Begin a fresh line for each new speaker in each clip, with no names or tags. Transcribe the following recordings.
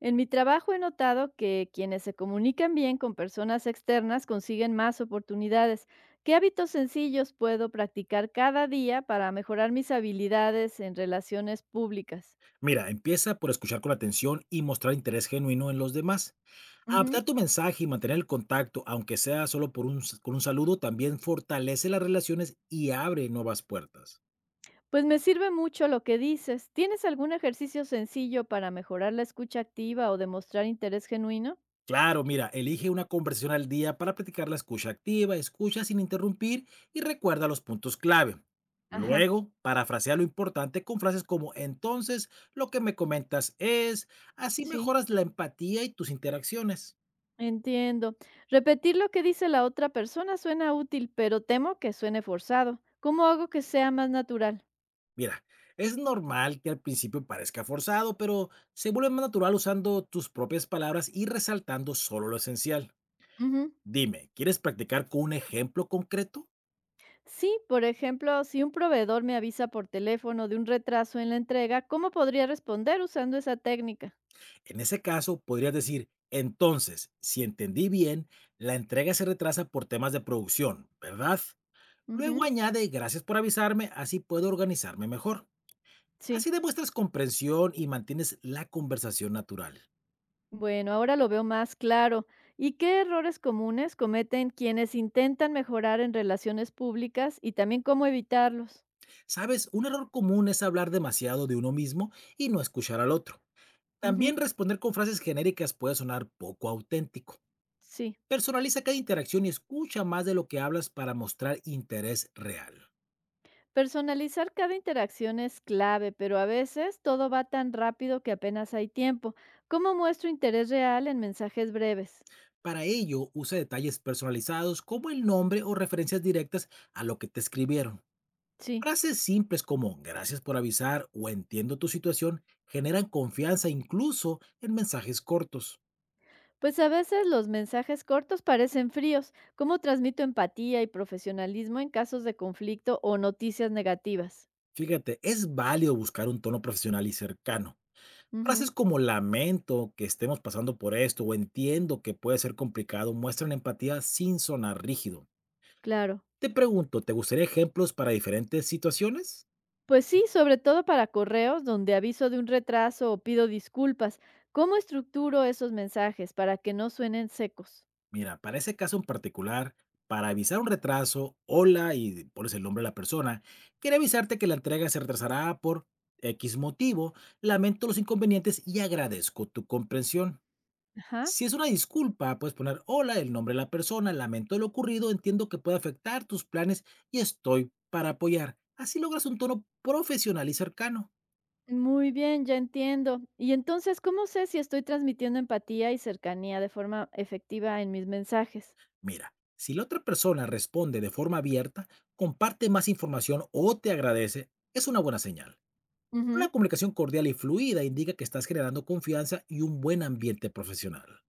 En mi trabajo he notado que quienes se comunican bien con personas externas consiguen más oportunidades. ¿Qué hábitos sencillos puedo practicar cada día para mejorar mis habilidades en relaciones públicas?
Mira, empieza por escuchar con atención y mostrar interés genuino en los demás.
Ujú.
Adaptar tu mensaje y mantener el contacto, aunque sea solo por con un saludo, también fortalece las relaciones y abre nuevas puertas.
Pues me sirve mucho lo que dices. ¿Tienes algún ejercicio sencillo para mejorar la escucha activa o demostrar interés genuino?
Claro, mira, elige una conversación al día para practicar la escucha activa, escucha sin interrumpir y recuerda los puntos clave.
Ajá,
Luego, parafrasea lo importante con frases como entonces, lo que me comentas es, así
sí,
mejoras la empatía y tus interacciones.
entiendo. Repetir lo que dice la otra persona suena útil, pero temo que suene forzado. ¿Cómo hago que sea más natural?
Mira, es normal que al principio parezca forzado, pero se vuelve más natural usando tus propias palabras y resaltando solo lo esencial.
Ujú.
Dime, ¿quieres practicar con un ejemplo concreto?
Sí, por ejemplo, si un proveedor me avisa por teléfono de un retraso en la entrega, ¿cómo podría responder usando esa técnica?
En ese caso, podrías decir, entonces, si entendí bien, la entrega se retrasa por temas de producción, ¿verdad? Luego
Ujú,
añade, gracias por avisarme, así puedo organizarme mejor.
sí,
Así demuestras comprensión y mantienes la conversación natural.
bueno, ahora lo veo más claro. ¿Y qué errores comunes cometen quienes intentan mejorar en relaciones públicas y también cómo evitarlos?
Sabes, un error común es hablar demasiado de uno mismo y no escuchar al otro. También
Ujú,
responder con frases genéricas puede sonar poco auténtico.
sí.
Personaliza cada interacción y escucha más de lo que hablas para mostrar interés real.
Personalizar cada interacción es clave, pero a veces todo va tan rápido que apenas hay tiempo. ¿Cómo muestro interés real en mensajes breves?
Para ello, usa detalles personalizados como el nombre o referencias directas a lo que te escribieron.
Sí.
Frases simples como gracias por avisar o entiendo tu situación generan confianza incluso en mensajes cortos.
Pues a veces los mensajes cortos parecen fríos. ¿Cómo transmito empatía y profesionalismo en casos de conflicto o noticias negativas?
Fíjate, es válido buscar un tono profesional y cercano.
Ujú,
Frases como lamento que estemos pasando por esto o entiendo que puede ser complicado muestran empatía sin sonar rígido.
claro.
Te pregunto, ¿te gustaría ejemplos para diferentes situaciones?
Pues sí, sobre todo para correos donde aviso de un retraso o pido disculpas. ¿Cómo estructuro esos mensajes para que no suenen secos?
Mira, para ese caso en particular, para avisar un retraso, hola y pones el nombre de la persona, quería avisarte que la entrega se retrasará por X motivo, lamento los inconvenientes y agradezco tu comprensión.
Ajá.
Si es una disculpa, puedes poner hola, el nombre de la persona, lamento lo ocurrido, entiendo que puede afectar tus planes y estoy para apoyar. Así logras un tono profesional y cercano.
Muy bien, ya entiendo. Y entonces, ¿cómo sé si estoy transmitiendo empatía y cercanía de forma efectiva en mis mensajes?
Mira, si la otra persona responde de forma abierta, comparte más información o te agradece, es una buena señal. Una
Ujú.
comunicación cordial y fluida indica que estás generando confianza y un buen ambiente profesional.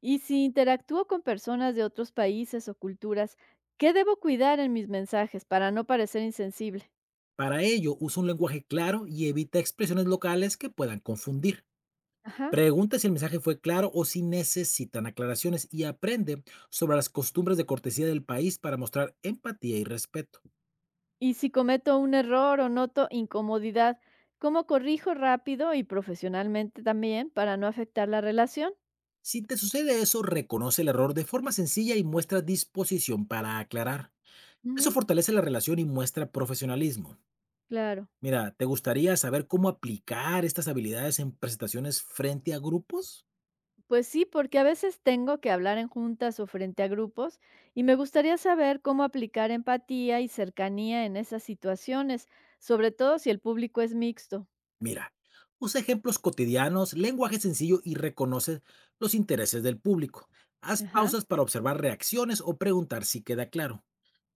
Y si interactúo con personas de otros países o culturas, ¿qué debo cuidar en mis mensajes para no parecer insensible?
Para ello, usa un lenguaje claro y evita expresiones locales que puedan confundir.
Ajá.
Pregunta si el mensaje fue claro o si necesitan aclaraciones y aprende sobre las costumbres de cortesía del país para mostrar empatía y respeto.
Y si cometo un error o noto incomodidad, ¿cómo corrijo rápido y profesionalmente también para no afectar la relación?
Si te sucede eso, reconoce el error de forma sencilla y muestra disposición para aclarar. Eso
Ujú.
fortalece la relación y muestra profesionalismo.
Claro.
Mira, ¿te gustaría saber cómo aplicar estas habilidades en presentaciones frente a grupos?
Pues sí, porque a veces tengo que hablar en juntas o frente a grupos y me gustaría saber cómo aplicar empatía y cercanía en esas situaciones, sobre todo si el público es mixto.
Mira, usa ejemplos cotidianos, lenguaje sencillo y reconoce los intereses del público. Haz
Ajá,
pausas para observar reacciones o preguntar si queda claro.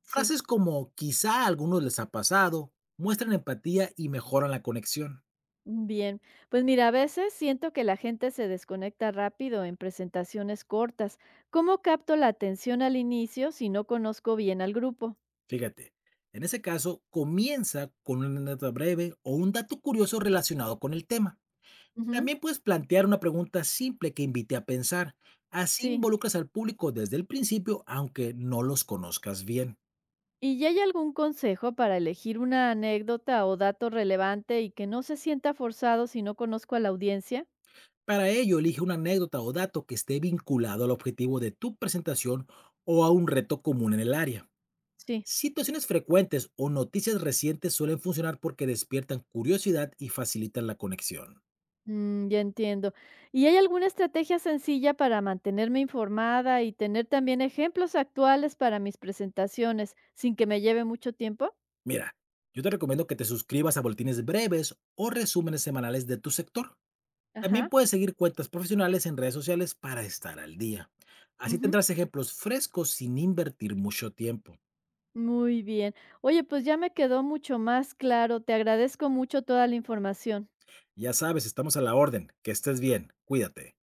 sí.
Frases como quizá a algunos les ha pasado muestran empatía y mejoran la conexión.
Bien, pues mira, a veces siento que la gente se desconecta rápido en presentaciones cortas. ¿Cómo capto la atención al inicio si no conozco bien al grupo?
Fíjate, en ese caso comienza con una nota breve o un dato curioso relacionado con el tema.
Ujú,
También puedes plantear una pregunta simple que invite a pensar. Así
sí.
involucras al público desde el principio aunque no los conozcas bien.
¿Y ya hay algún consejo para elegir una anécdota o dato relevante y que no se sienta forzado si no conozco a la audiencia?
Para ello, elige una anécdota o dato que esté vinculado al objetivo de tu presentación o a un reto común en el área.
Sí,
Situaciones frecuentes o noticias recientes suelen funcionar porque despiertan curiosidad y facilitan la conexión.
ya entiendo. ¿Y hay alguna estrategia sencilla para mantenerme informada y tener también ejemplos actuales para mis presentaciones sin que me lleve mucho tiempo?
Mira, yo te recomiendo que te suscribas a boletines breves o resúmenes semanales de tu sector. También
Ajá.
puedes seguir cuentas profesionales en redes sociales para estar al día. Así
Ujú.
tendrás ejemplos frescos sin invertir mucho tiempo.
Muy bien. Oye, pues ya me quedó mucho más claro. Te agradezco mucho toda la información.
Ya sabes, estamos a la orden. Que estés bien. Cuídate.